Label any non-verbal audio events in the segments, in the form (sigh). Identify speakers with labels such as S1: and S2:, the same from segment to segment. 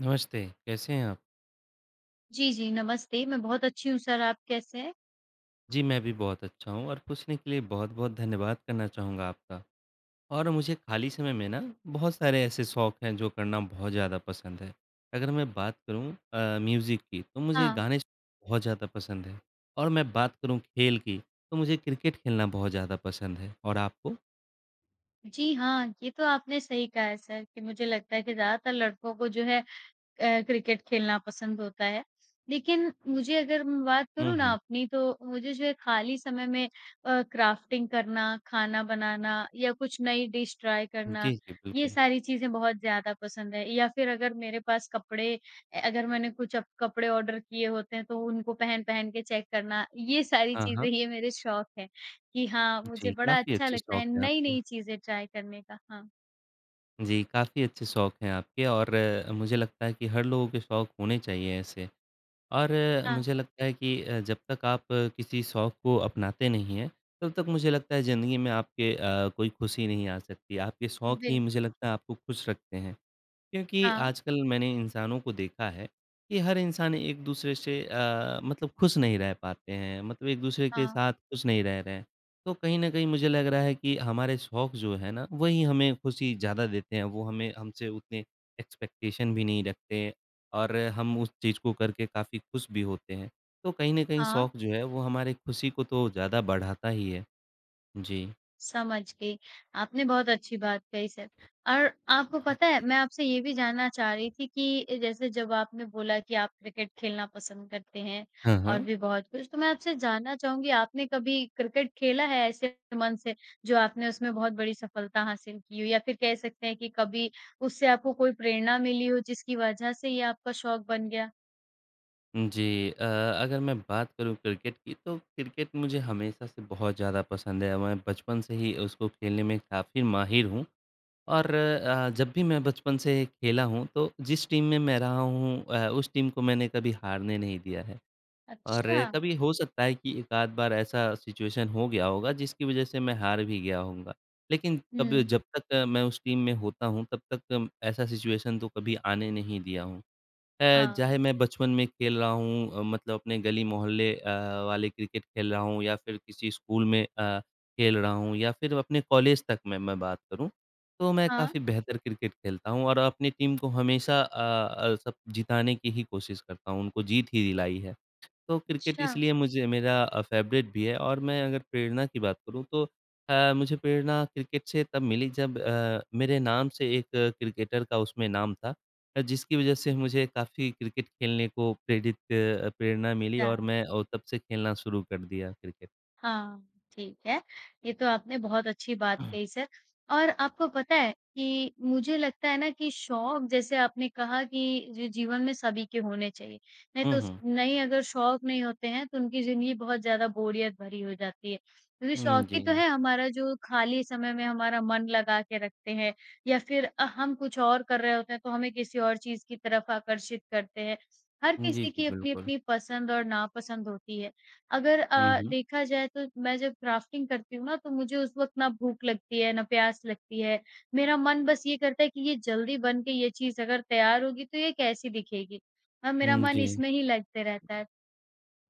S1: नमस्ते, कैसे हैं आप?
S2: जी, जी, नमस्ते। मैं बहुत अच्छी हूँ सर, आप कैसे हैं?
S1: जी, मैं भी बहुत अच्छा हूँ और पूछने के लिए बहुत-बहुत धन्यवाद करना चाहूँगा आपका। और मुझे खाली समय में ना बहुत सारे ऐसे शौक हैं जो करना बहुत ज़्यादा पसंद है। अगर मैं बात करूँ म्यूज़िक की तो मुझे
S2: हाँ,
S1: गाने सुनना बहुत ज़्यादा पसंद है और मैं बात करूँ खेल की तो मुझे क्रिकेट खेलना बहुत ज़्यादा पसंद है। और आपको?
S2: जी हाँ, ये तो आपने सही कहा है सर कि मुझे लगता है कि ज़्यादातर लड़कों को जो है क्रिकेट खेलना पसंद होता है। लेकिन मुझे अगर मैं बात
S1: हुँ,
S2: करूँ ना
S1: हुँ।
S2: अपनी तो मुझे जो है खाली समय में क्राफ्टिंग करना, खाना बनाना या कुछ नई डिश ट्राई करना,
S1: जी, जी,
S2: ये
S1: बिल्कुल।
S2: सारी चीज़ें बहुत ज़्यादा पसंद है। या फिर अगर मेरे पास कपड़े अगर मैंने कुछ अप कपड़े ऑर्डर किए होते हैं तो उनको पहन-पहन के चेक करना, ये सारी
S1: हाँ, हाँ।
S2: चीज़ें ये मेरे शौक हैं कि हाँ, मुझे
S1: जी,
S2: बड़ा
S1: काफ़ी
S2: अच्छा
S1: अच्छे
S2: लगता
S1: शौक
S2: है
S1: हैं आपके।
S2: नई-नई चीज़ें ट्राई करने का। हाँ,
S1: जी, काफ़ी अच्छे शौक हैं आपके और मुझे लगता है कि हर लोगों के शौक होने चाहिए ऐसे। और
S2: हाँ,
S1: मुझे लगता है कि जब तक आप किसी शौक को अपनाते नहीं हैं, तब तक मुझे लगता है ज़िंदगी में आपके कोई खुशी नहीं आ सकती। आपके शौक ही मुझे
S2: बिल्कुल।
S1: लगता है आपको खुश रखते हैं। क्योंकि
S2: हाँ,
S1: आजकल मैंने इंसानों को देखा है कि हर इंसान एक दूसरे से मतलब खुश नहीं रह पाते हैं मतलब एक दूसरे के
S2: हाँ,
S1: साथ खुश नहीं रह रहे हैं। तो कहीं न कहीं मुझे लग रहा है कि हमारे शौक जो है ना, वही हमें खुशी ज़्यादा देते हैं। वो हमें हमसे उतने एक्सपेक्टेशन भी नहीं रखते और हम उस चीज़ को करके काफ़ी खुश भी होते हैं। तो कहीं न कहीं
S2: हाँ।
S1: शौक जो है वो हमारी खुशी को तो ज़्यादा बढ़ाता ही है। जी।
S2: समझ गई। आपने बहुत अच्छी बात कही सर। और आपको पता है मैं आपसे ये भी जानना चाह रही थी कि जैसे जब आपने बोला कि आप क्रिकेट खेलना पसंद करते हैं
S1: हाँ,
S2: और
S1: हाँ।
S2: भी बहुत कुछ, तो मैं आपसे जानना चाहूँगी आपने कभी क्रिकेट खेला है ऐसे मन से जो आपने उसमें बहुत बड़ी सफलता हासिल की हो? या फिर कह सकते हैं कि कभी उससे आपको कोई प्रेरणा मिली हो जिसकी वजह से ये आपका शौक बन गया?
S1: जी अगर मैं बात करूँ क्रिकेट की तो क्रिकेट मुझे हमेशा से बहुत ज़्यादा पसंद है। मैं बचपन से ही उसको खेलने में काफ़ी माहिर हूँ और जब भी मैं बचपन से खेला हूँ तो जिस टीम में मैं रहा हूँ उस टीम को मैंने कभी हारने नहीं दिया है। और
S2: अच्छा।
S1: कभी हो सकता है कि एक आध बार ऐसा सिचुएशन हो गया होगा जिसकी वज़ह से मैं हार भी गया होऊँगा। लेकिन कभी
S2: हुँ।
S1: जब तक मैं उस टीम में होता हूँ तब तक ऐसा सिचुएशन तो कभी आने नहीं दिया हूँ।
S2: हाँ।
S1: चाहे मैं बचपन में खेल रहा हूँ मतलब अपने गली मोहल्ले वाले क्रिकेट खेल रहा हूँ या फिर किसी स्कूल में खेल रहा हूँ या फिर अपने कॉलेज तक में मैं बात करूँ, तो मैं
S2: हाँ।
S1: काफ़ी बेहतर क्रिकेट खेलता हूँ और अपनी टीम को हमेशा सब जिताने की ही कोशिश करता हूँ, उनको जीत ही दिलाई है। तो क्रिकेट
S2: अच्छा।
S1: इसलिए मुझे मेरा फ़ेवरेट भी है और मैं अगर प्रेरणा की बात करूँ तो मुझे प्रेरणा क्रिकेट से तब मिली जब मेरे नाम से एक क्रिकेटर का उसमें नाम था जिसकी वज़ह से मुझे काफ़ी क्रिकेट खेलने को प्रेरणा मिली और
S2: क्या?
S1: मैं तब से खेलना शुरू कर दिया क्रिकेट।
S2: हाँ, ठीक है। ये तो आपने बहुत अच्छी बात कही सर और आपको पता है कि मुझे लगता है ना कि शौक जैसे आपने कहा कि जो जीवन में सभी के होने चाहिए। नहीं
S1: हुँ,
S2: तो स
S1: हुँ।
S2: नहीं अगर शौक नहीं होते हैं तो उनकी ज़िंदगी बहुत ज़्यादा बोरियत भरी हो जाती है। क्योंकि
S1: हुँ,
S2: शौक ही
S1: जी।
S2: तो है हमारा जो खाली समय में हमारा मन लगा के रखते हैं या फिर हम कुछ और कर रहे होते हैं तो हमें किसी और चीज़ की तरफ आकर्षित करते हैं। हर
S1: जी,
S2: किसी
S1: जी,
S2: की
S1: बिल्कुल।
S2: अपनी-अपनी पसंद और नापसंद होती है। अगर
S1: हुँ, हुँ।
S2: देखा जाए तो मैं जब क्राफ्टिंग करती हूँ ना, तो मुझे उस वक़्त ना भूख लगती है, ना प्यास लगती है। मेरा मन बस ये करता है कि ये जल्दी बन के ये चीज़ अगर तैयार होगी तो ये कैसी दिखेगी? मेरा
S1: हुँ,
S2: मन
S1: जी।
S2: इसमें ही लगते रहता है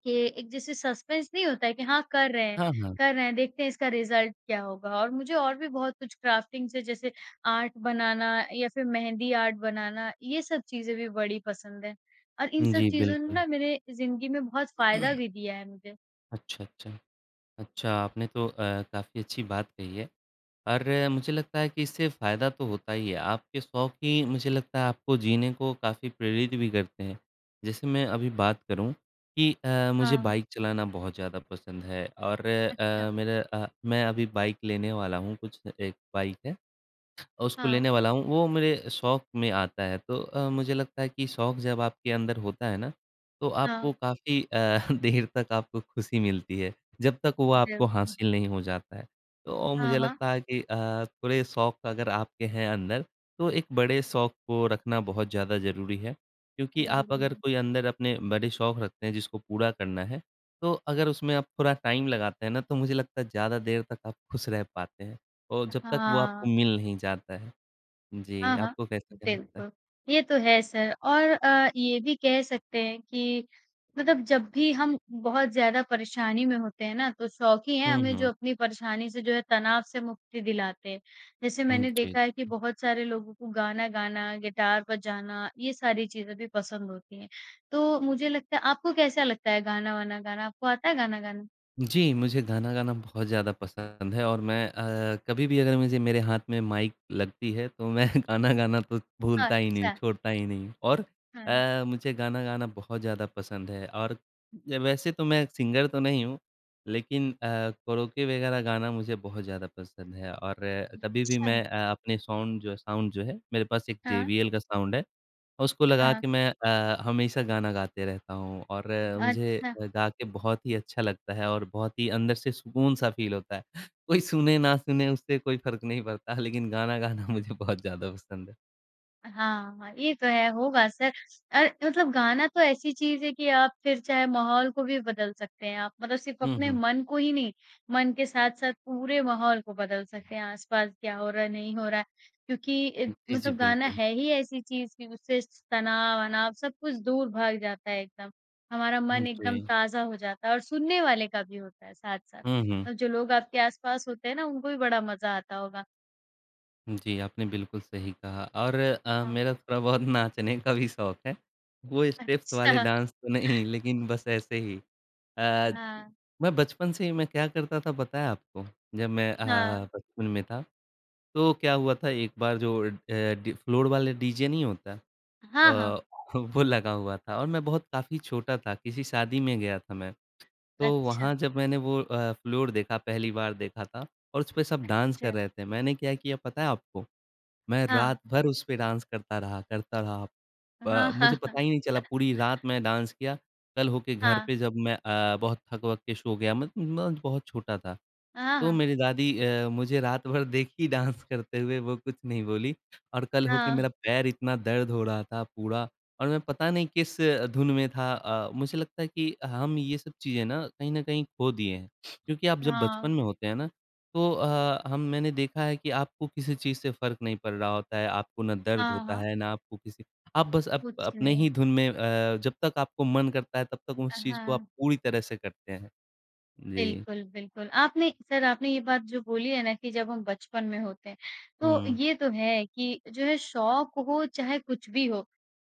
S2: कि एक जैसे सस्पेंस नहीं होता है कि हाँ, कर रहे हैं
S1: हाँ, हाँ।
S2: कर रहे हैं, देखते हैं इसका रिज़ल्ट क्या होगा। और मुझे और भी बहुत कुछ क्राफ्टिंग से जैसे आर्ट बनाना या फिर मेहंदी आर्ट बनाना, ये सब चीज़ें भी बड़ी पसंद है। और इन सब
S1: जी,
S2: चीज़ों ने
S1: बिल्कुल।
S2: ना मेरे ज़िंदगी में बहुत फ़ायदा भी दिया है मुझे।
S1: अच्छा, अच्छा। अच्छा, आपने तो काफ़ी अच्छी बात कही है। और मुझे लगता है कि इससे फ़ायदा तो होता ही है। आपके शौक ही मुझे लगता है आपको जीने को काफ़ी प्रेरित भी करते हैं। जैसे मैं अभी बात करूँ कि मुझे
S2: हाँ।
S1: बाइक चलाना बहुत ज़्यादा पसंद है और
S2: अच्छा,
S1: मैं अभी बाइक लेने वाला हूँ कुछ एक बाइक है। उसको
S2: हाँ,
S1: लेने वाला हूँ, वो मेरे शौक में आता है। तो मुझे लगता है कि शौक जब आपके अंदर होता है ना, तो
S2: हाँ,
S1: आपको काफ़ी (laughs) देर तक आपको खुशी मिलती है, जब तक वो आपको
S2: बिल्कुल।
S1: हासिल नहीं हो जाता है। तो
S2: हाँ,
S1: मुझे
S2: हाँ,
S1: लगता है कि थोड़े शौक अगर आपके हैं अंदर, तो एक बड़े शौक को रखना बहुत ज़्यादा ज़रूरी है। क्योंकि आप
S2: ज़रूरी
S1: अगर
S2: है।
S1: कोई अंदर अपने बड़े शौक रखते हैं जिसको पूरा करना है, तो अगर उसमें आप थोड़ा टाइम लगाते हैं ना, तो मुझे लगता है ज़्यादा देर तक आप खुश रह पाते हैं। और जब तक वो आपको
S2: हाँ,
S1: मिल नहीं जाता है। जी,
S2: हाँ, हाँ,
S1: आपको कैसा क्या लगता है?
S2: बिल्कुल। ये तो है सर और ये भी कह सकते हैं कि मतलब जब भी हम बहुत ज़्यादा परेशानी में होते हैं ना, तो शौक ही हैं
S1: हुँ,
S2: हमें जो
S1: हुँ।
S2: अपनी परेशानी से जो है तनाव से मुक्ति दिलाते हैं। जैसे
S1: हुँ,
S2: मैंने
S1: जी।
S2: देखा है कि बहुत सारे लोगों को गाना गाना, गिटार बजाना, ये सारी चीज़ें भी पसंद होती हैं। तो मुझे लगता है आपको कैसा लगता है गाना-वाना गाना? आपको आता है गाना गाना?
S1: जी, मुझे गाना गाना बहुत ज़्यादा पसंद है और मैं कभी भी अगर मुझे मेरे हाथ में माइक लगती है तो मैं (laughs) गाना गाना तो
S2: हाँ,
S1: भूलता ही नहीं,
S2: अच्छा।
S1: छोड़ता ही नहीं और
S2: हाँ।
S1: मुझे गाना गाना बहुत ज़्यादा पसंद है और वैसे तो मैं सिंगर तो नहीं हूँ, लेकिन करोके वगैरह गाना मुझे बहुत ज़्यादा पसंद है और कभी भी
S2: अच्छा,
S1: मैं अपने साउंड जो है, मेरे पास एक
S2: हाँ,
S1: जेवीएल का साउंड है। उसको लगा
S2: हाँ,
S1: कि मैं हमेशा गाना गाते रहता हूँ और
S2: अच्छा।
S1: गा के बहुत ही अच्छा लगता है और बहुत ही अंदर से सुकून-सा फ़ील होता है। कोई सुने ना सुने उससे कोई फ़र्क नहीं पड़ता लेकिन गाना गाना (laughs) मुझे बहुत ज़्यादा पसंद है।
S2: हाँ, ये तो है, होगा असर। मतलब गाना तो ऐसी चीज़ है कि आप फिर चाहे माहौल को भी बदल सकते हैं आप। मतलब सिर्फ़
S1: हुँ,
S2: अपने
S1: हुँ।
S2: मन को ही नहीं, मन के साथ-साथ पूरे माहौल को बदल सकते हैं, आस-पास क्या हो रहा है, नहीं हो रहा है। क्योंकि
S1: जी, जी,
S2: मतलब गाना
S1: बिल्कुल।
S2: है ही ऐसी चीज़ कि उससे तनाव-वनाव सब कुछ दूर भाग जाता है एकदम। हमारा मन एकदम
S1: जी।
S2: ताज़ा हो जाता है और सुनने वाले का भी होता है साथ-साथ।
S1: हुँ, हुँ।
S2: और जो लोग आपके आस-पास होते हैं ना, उनको भी बड़ा मज़ा आता होगा।
S1: जी, आपने बिल्कुल सही कहा और
S2: हाँ।
S1: मेरा थोड़ा बहुत नाचने का भी शौक है। वो स्टेप्स वाले
S2: अच्छा,
S1: डांस तो नहीं लेकिन बस ऐसे ही। अ,
S2: हाँ,
S1: मैं बचपन से ही मैं क्या करता था पता है आपको? जब मैं
S2: हाँ।
S1: बचपन में था, तो क्या हुआ था एक बार जो डी फ्लोर वाले डीजे नहीं होता
S2: हाँ, हाँ।
S1: अ, (laughs) वो लगा हुआ था और मैं बहुत काफ़ी छोटा था, किसी शादी में गया था मैं। तो
S2: अच्छा,
S1: वहाँ जब मैंने वो फ्लोर देखा पहली बार देखा था और उसपे सब डांस कर
S2: अच्छा।
S1: रहे थे। मैंने क्या किया पता है आपको? मैं
S2: हाँ,
S1: रात भर उसपे डांस करता रहा, करता रहा।
S2: हाँ, हाँ,
S1: मुझे
S2: हाँ।
S1: पता ही नहीं चला पूरी रात मैं डांस किया, कल होके घर
S2: हाँ,
S1: पे जब मैं बहुत थक-वक के सो गया, मैं बहुत छोटा था।
S2: हाँ,
S1: तो
S2: हाँ।
S1: मेरी दादी मुझे रात भर देखी डांस करते हुए, वो कुछ नहीं बोली और कल होके
S2: हाँ,
S1: मेरा पैर इतना दर्द हो रहा था पूरा और मैं पता नहीं किस धुन में था मुझे लगता है कि हम ये सब चीज़ें ना कहीं न कहीं खो दिए हैं। क्योंकि आप जब बचपन
S2: हाँ,
S1: में होते हैं ना, तो हम मैंने देखा है कि आपको किसी चीज़ से फ़र्क नहीं पड़ रहा होता है, आपको ना दर्द
S2: हाँ,
S1: होता
S2: हाँ।
S1: है, ना आपको किसी आप बस अप
S2: पूछ ले।
S1: अपने ही धुन में जब तक आपको मन करता है तब तक उस चीज़ को आप
S2: हाँ।
S1: पूरी तरह से करते हैं। जी।
S2: बिल्कुल, बिल्कुल। आपने सर आपने ये बात जो बोली है ना कि जब हम बचपन में होते हैं, तो
S1: हुँ,
S2: ये तो है कि जो है शौक हो चाहे कुछ भी हो,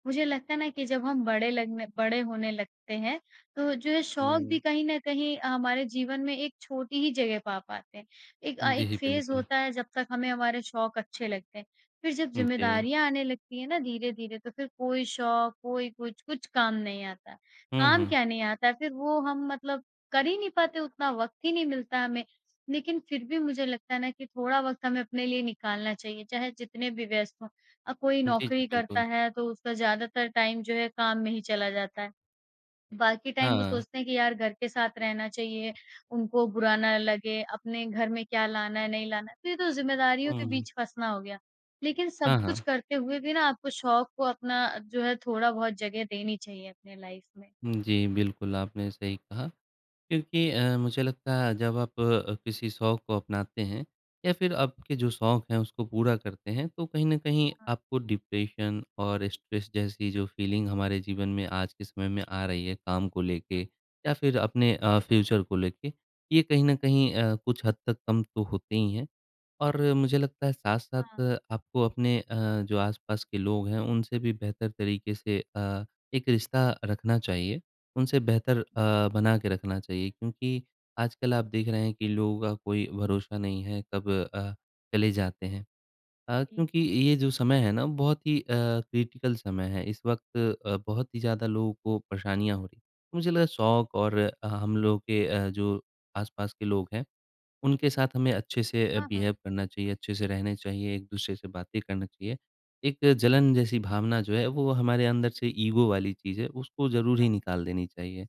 S2: मुझे लगता है ना कि जब हम बड़े होने लगते हैं, तो जो है शौक
S1: हुँ।
S2: भी कहीं न कहीं हमारे जीवन में एक छोटी ही जगह पा पाते हैं। एक
S1: जी,
S2: फ़ेज़
S1: बिल्कुल।
S2: होता है जब तक हमें हमारे शौक अच्छे लगते हैं, फिर जब
S1: जी।
S2: ज़िम्मेदारियाँ आने लगती हैं ना धीरे-धीरे तो फिर कोई शौक, कोई कुछ, कुछ काम नहीं आता।
S1: हुँ,
S2: काम
S1: हुँ।
S2: क्या नहीं आता है फिर वो हम मतलब कर ही नहीं पाते, उतना वक़्त ही नहीं मिलता हमें। लेकिन फिर भी मुझे लगता है ना कि थोड़ा वक़्त हमें अपने लिए निकालना चाहिए, चाहे जितने भी व्यस्त हों। कोई
S1: जी, जी,
S2: नौकरी करता
S1: बिल्कुल।
S2: है तो उसका ज़्यादातर टाइम जो है काम में ही चला जाता है। बाकी टाइम वो
S1: हाँ।
S2: सोचते हैं कि यार घर के साथ रहना चाहिए, उनको बुरा ना लगे, अपने घर में क्या लाना है, नहीं लाना है, तो ये तो ज़िम्मेदारियों के
S1: हुँ।
S2: बीच फँसना हो गया। लेकिन
S1: हाँ,
S2: सब कुछ
S1: हाँ।
S2: करते हुए भी ना आपको शौक को अपना जो है थोड़ा बहुत जगह देनी चाहिए अपने लाइफ़ में।
S1: जी, बिल्कुल आपने सही कहा क्योंकि मुझे लगता है जब आप किसी शौक को अपनाते हैं या फिर आपके जो शौक हैं उसको पूरा करते हैं तो कहीं न कहीं
S2: हाँ,
S1: आपको डिप्रेशन और स्ट्रेस जैसी जो फीलिंग हमारे जीवन में आज के समय में आ रही है काम को लेके
S2: हाँ,
S1: या फिर अपने फ्यूचर को लेके, ये कहीं न कहीं कुछ हद तक कम तो होते ही हैं। और मुझे लगता है साथ-साथ
S2: हाँ।
S1: आपको अपने जो आस-पास के लोग हैं, उनसे भी बेहतर तरीके से एक रिश्ता रखना चाहिए। उनसे बेहतर बना के रखना चाहिए क्योंकि आजकल आप देख रहे हैं कि लोगों का कोई भरोसा नहीं है, कब चले जाते हैं।
S2: जी।
S1: क्योंकि ये जो समय है ना, बहुत ही क्रिटिकल समय है। इस वक़्त बहुत ही ज़्यादा लोगों को परेशानियाँ हो रही हैं। मुझे लगा शौक और हम लोग के जो आस-पास के लोग हैं उनके साथ हमें अच्छे से
S2: हाँ, हाँ,
S1: बिहेव करना चाहिए, अच्छे से रहने चाहिए, एक-दूसरे से बातें करना चाहिए। एक जलन जैसी भावना जो है वो हमारे अंदर से ईगो वाली चीज़ है, उसको ज़रूर ही
S2: हाँ।
S1: निकाल देनी चाहिए।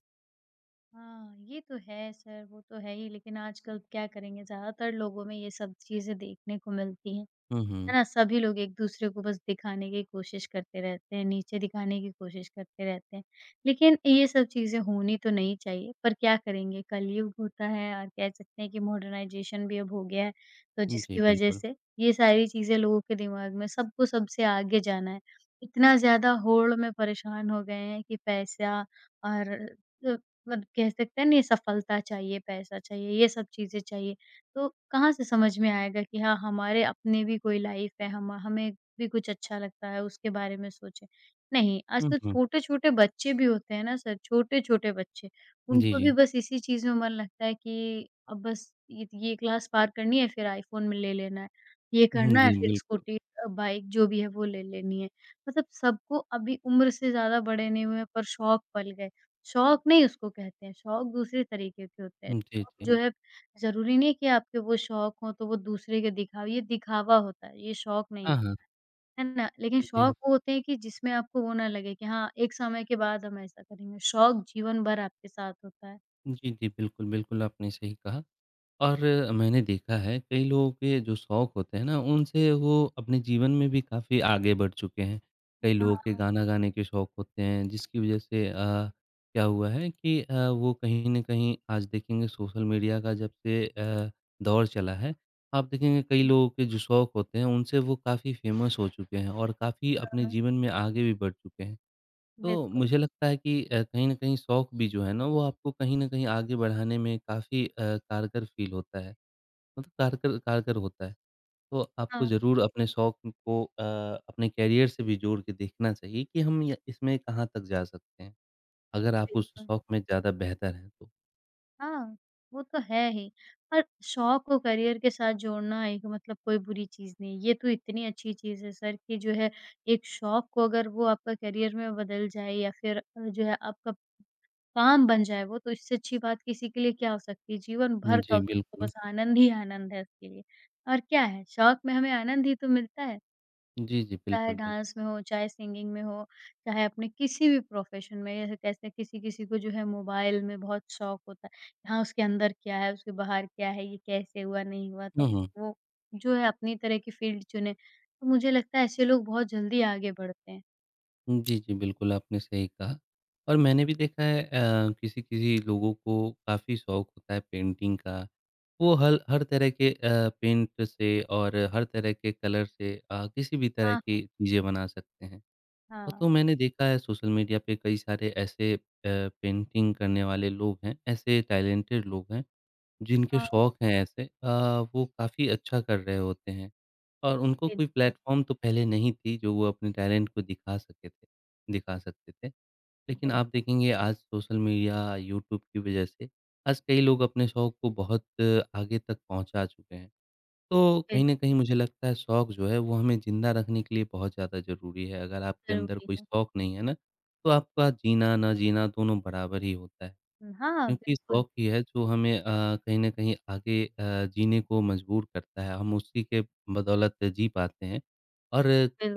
S2: हाँ, ये तो है सर, वो तो है ही लेकिन आजकल क्या करेंगे ज़्यादातर लोगों में ये सब चीज़ें देखने को मिलती हैं।
S1: हुँ,
S2: है
S1: हुँ।
S2: ना? सभी लोग एक-दूसरे को बस दिखाने की कोशिश करते रहते हैं, नीचे दिखाने की कोशिश करते रहते हैं। लेकिन ये सब चीज़ें होनी तो नहीं चाहिए, पर क्या करेंगे कलयुग होता है और कह सकते हैं कि मॉडर्नाइज़ेशन भी अब हो गया है, तो
S1: जी,
S2: जिसकी वज़ह
S1: बिल्कुल।
S2: से ये सारी चीज़ें लोगों के दिमाग में सबको सबसे आगे जाना है। इतना ज़्यादा होड़ में परेशान हो गए हैं कि पैसा और अ, मतलब कह सकते हैं ना ये सफलता चाहिए, पैसा चाहिए, ये सब चीज़ें चाहिए। तो कहाँ से समझ में आएगा कि हाँ, हमारे अपने भी कोई लाइफ है, हम हमें भी कुछ अच्छा लगता है, उसके बारे में सोचें। नहीं, आज
S1: हुँ,
S2: तो
S1: हुँ।
S2: छोटे-छोटे बच्चे भी होते हैं ना सर, छोटे-छोटे बच्चे,
S1: जी,
S2: उनको भी
S1: जी।
S2: बस इसी चीज़ में मन लगता है कि अब बस ये क्लास पार करनी है, फिर आईफ़ोन में ले लेना है, ये
S1: हुँ,
S2: करना है,
S1: जी,
S2: फिर
S1: बिल्कुल।
S2: स्कूटी बाइक जो भी है वो ले लेनी है। मतलब सबको अभी उम्र से ज़्यादा बड़े नहीं हुए हैं, पर शौक पल गए। शौक नहीं उसको कहते हैं, शौक दूसरे तरीके के होते हैं,
S1: जी,
S2: शौक
S1: जी।
S2: जो है ज़रूरी नहीं है कि आपके वो शौक हों, तो वो दूसरे के दिखाओ ये दिखावा होता है, ये शौक नहीं
S1: हाँ, हाँ।
S2: होता, है ना? लेकिन
S1: जी।
S2: शौक वो होते हैं कि जिसमें आपको वो ना लगे कि हाँ, एक समय के बाद हम ऐसा करेंगे, शौक जीवन भर आपके साथ होता है।
S1: जी, जी, बिल्कुल, बिल्कुल आपने सही कहा। और मैंने देखा है कई लोगों के जो शौक होते हैं ना उनसे वो अपने जीवन में भी काफ़ी आगे बढ़ चुके हैं। कई लोगों
S2: हाँ,
S1: के गाना गाने के शौक होते हैं जिसकी वज़ह से क्या हुआ है कि वो कहीं न कहीं आज देखेंगे सोशल मीडिया का जब से दौर चला है, आप देखेंगे कई लोगों के जो शौक होते हैं उनसे वो काफ़ी फ़ेमस हो चुके हैं और काफ़ी अपने
S2: बिल्कुल,
S1: जीवन में आगे भी बढ़ चुके हैं। तो
S2: बिल्कुल।
S1: मुझे लगता है कि कहीं न कहीं शौक भी जो है ना, वो आपको कहीं न कहीं आगे बढ़ाने में काफ़ी कारगर फ़ील होता है, मतलब कारगर कारगर होता है। तो आपको
S2: हाँ,
S1: ज़रूर अपने शौक को अपने करियर से भी जोड़ के देखना चाहिए कि हम य इसमें कहाँ तक जा सकते हैं, अगर आप उस
S2: बिल्कुल।
S1: शौक में ज़्यादा बेहतर हैं तो।
S2: हाँ, वो तो है ही, पर शौक को करियर के साथ जोड़ना एक मतलब कोई बुरी चीज़ नहीं है, ये तो इतनी अच्छी चीज़ है सर कि जो है एक शौक को अगर वो आपका करियर में बदल जाए या फिर जो है आपका काम बन जाए वो, तो इससे अच्छी बात किसी के लिए क्या हो सकती है? जीवन भर का
S1: जी,
S2: उसको तो
S1: बिल्कुल।
S2: बस आनंद ही आनंद है उसके लिए। और क्या है, शौक में हमें आनंद ही तो मिलता है,
S1: जी, जी,
S2: चाहे
S1: बिल्कुल, बिल्कुल।
S2: डांस में हो, चाहे सिंगिंग में हो, चाहे अपने किसी भी प्रोफ़ेशन में। जैसे कैसे किसी-किसी को जो है मोबाइल में बहुत शौक होता है, हाँ, उसके अंदर क्या है, उसके बाहर क्या है, ये कैसे हुआ, नहीं हुआ,
S1: हुँ,
S2: तो
S1: हुँ।
S2: वो जो है अपनी तरह की फ़ील्ड चुने। तो मुझे लगता है ऐसे लोग बहुत जल्दी आगे बढ़ते हैं।
S1: जी, जी, बिल्कुल, आपने सही कहा और मैंने भी देखा है किसी-किसी लोगों को काफ़ी शौक होता है पेंटिंग का। वो हल हर तरह के पेंट से और हर तरह के कलर से किसी भी तरह
S2: हाँ,
S1: की
S2: हाँ,
S1: चीज़ें बना सकते हैं।
S2: हाँ,
S1: तो मैंने देखा है सोशल मीडिया पे कई सारे ऐसे पेंटिंग करने वाले लोग हैं, ऐसे टैलेंटेड लोग हैं, जिनके
S2: हाँ,
S1: शौक हैं ऐसे वो काफ़ी अच्छा कर रहे होते हैं। और उनको कोई
S2: बिल्कुल,
S1: प्लेटफ़ॉर्म तो पहले नहीं थी, जो वो अपने टैलेंट को दिखा सकते थे। लेकिन आप
S2: बिल्कुल,
S1: देखेंगे आज सोशल मीडिया, यूट्यूब की वजह से आज कई लोग अपने शौक को बहुत आगे तक पहुँचा चुके हैं। तो कहीं
S2: बिल्कुल,
S1: न कहीं मुझे लगता है शौक जो है वो हमें ज़िंदा रखने के लिए बहुत ज़्यादा ज़रूरी है। अगर आपके अंदर
S2: ज़रूरी
S1: कोई
S2: है।
S1: शौक नहीं है ना, तो आपका जीना ना जीना दोनों बराबर ही होता है।
S2: हाँ,
S1: क्योंकि
S2: बिल्कुल,
S1: शौक ही है जो हमें कहीं न कहीं आगे जीने को मजबूर करता है, हम उसी के बदौलत जी पाते हैं। और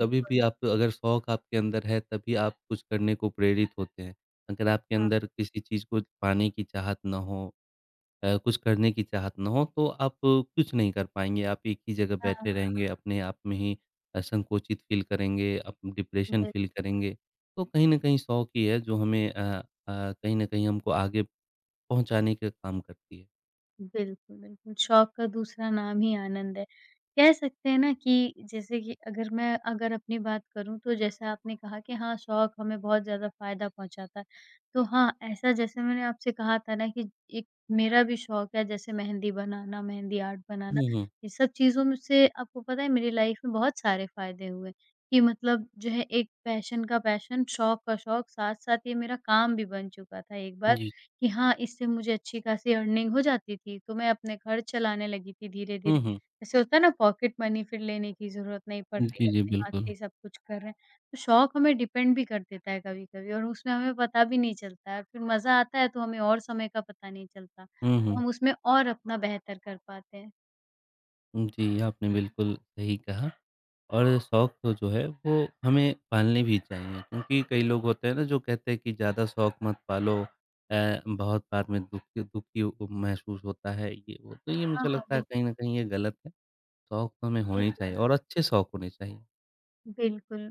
S1: कभी भी आप अगर शौक आपके अंदर है तभी आप कुछ करने को प्रेरित होते हैं। अगर आपके
S2: हाँ,
S1: अंदर किसी चीज़ को पाने की चाहत ना हो कुछ करने की चाहत ना हो तो आप कुछ नहीं कर पाएँगे, आप एक ही जगह
S2: हाँ,
S1: बैठे रहेंगे, अपने आप में ही संकोचित फ़ील करेंगे, आप डिप्रेशन
S2: बिल्कुल।
S1: फ़ील करेंगे। तो कहीं न कहीं शौक ही है जो हमें अ, कहीं न कहीं हमको आगे पहुँचाने का काम करती है।
S2: बिल्कुल, बिल्कुल। शौक का दूसरा नाम ही आनंद है। कह सकते हैं ना कि जैसे कि अगर मैं अगर अपनी बात करूँ तो जैसा आपने कहा कि हाँ, शौक हमें बहुत ज़्यादा फ़ायदा पहुँचाता है। तो हाँ, ऐसा जैसे मैंने आपसे कहा था ना कि एक मेरा भी शौक है जैसे मेहंदी बनाना, मेहंदी आर्ट बनाना।
S1: हुँ, हुँ।
S2: ये सब चीज़ों में से आपको पता है मेरी लाइफ़ में बहुत सारे फ़ायदे हुए कि मतलब जो है एक पैशन का पैशन, शौक का शौक, साथ-साथ ये मेरा काम भी बन चुका था एक बार।
S1: जी।
S2: कि हाँ, इससे मुझे अच्छी खासी अर्निंग हो जाती थी, तो मैं अपने खर्च चलाने लगी थी
S1: हुँ,
S2: धीरे-धीरे।
S1: हुँ।
S2: जैसे होता है ना पॉकेट मनी फिर लेने की ज़रूरत नहीं पड़ रही है,
S1: जी, जी,
S2: अपने हाथ से
S1: बिल्कुल।
S2: ही सब कुछ कर रहे हैं। तो शौक हमें डिपेंड भी कर देता है कभी-कभी और उसमें हमें पता भी नहीं चलता है, फिर मज़ा आता है तो हमें और समय का पता नहीं चलता,
S1: हुँ,
S2: तो
S1: हुँ।
S2: हम उसमें और अपना बेहतर कर पाते हैं।
S1: जी, आपने बिल्कुल सही कहा और शौक तो जो है वो हमें पालने भी चाहिए क्योंकि कई लोग होते हैं ना जो कहते हैं कि ज़्यादा शौक मत पालो बहुत बाद में दुखी दुखी महसूस होता है ये वो। तो ये
S2: हाँ,
S1: मुझे
S2: हाँ,
S1: लगता है
S2: बिल्कुल,
S1: कहीं न कहीं ये गलत है। शौक तो हमें
S2: ये
S1: होने
S2: तो
S1: चाहिए
S2: है।
S1: और अच्छे शौक होने चाहिए।
S2: बिल्कुल,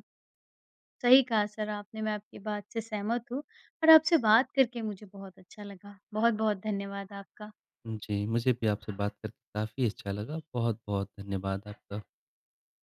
S2: सही कहा सर आपने, मैं आपकी बात से सहमत हूँ और आपसे बात करके मुझे बहुत अच्छा लगा। बहुत-बहुत धन्यवाद आपका।
S1: जी, मुझे भी आपसे बात करके काफ़ी अच्छा लगा। बहुत-बहुत धन्यवाद आपका।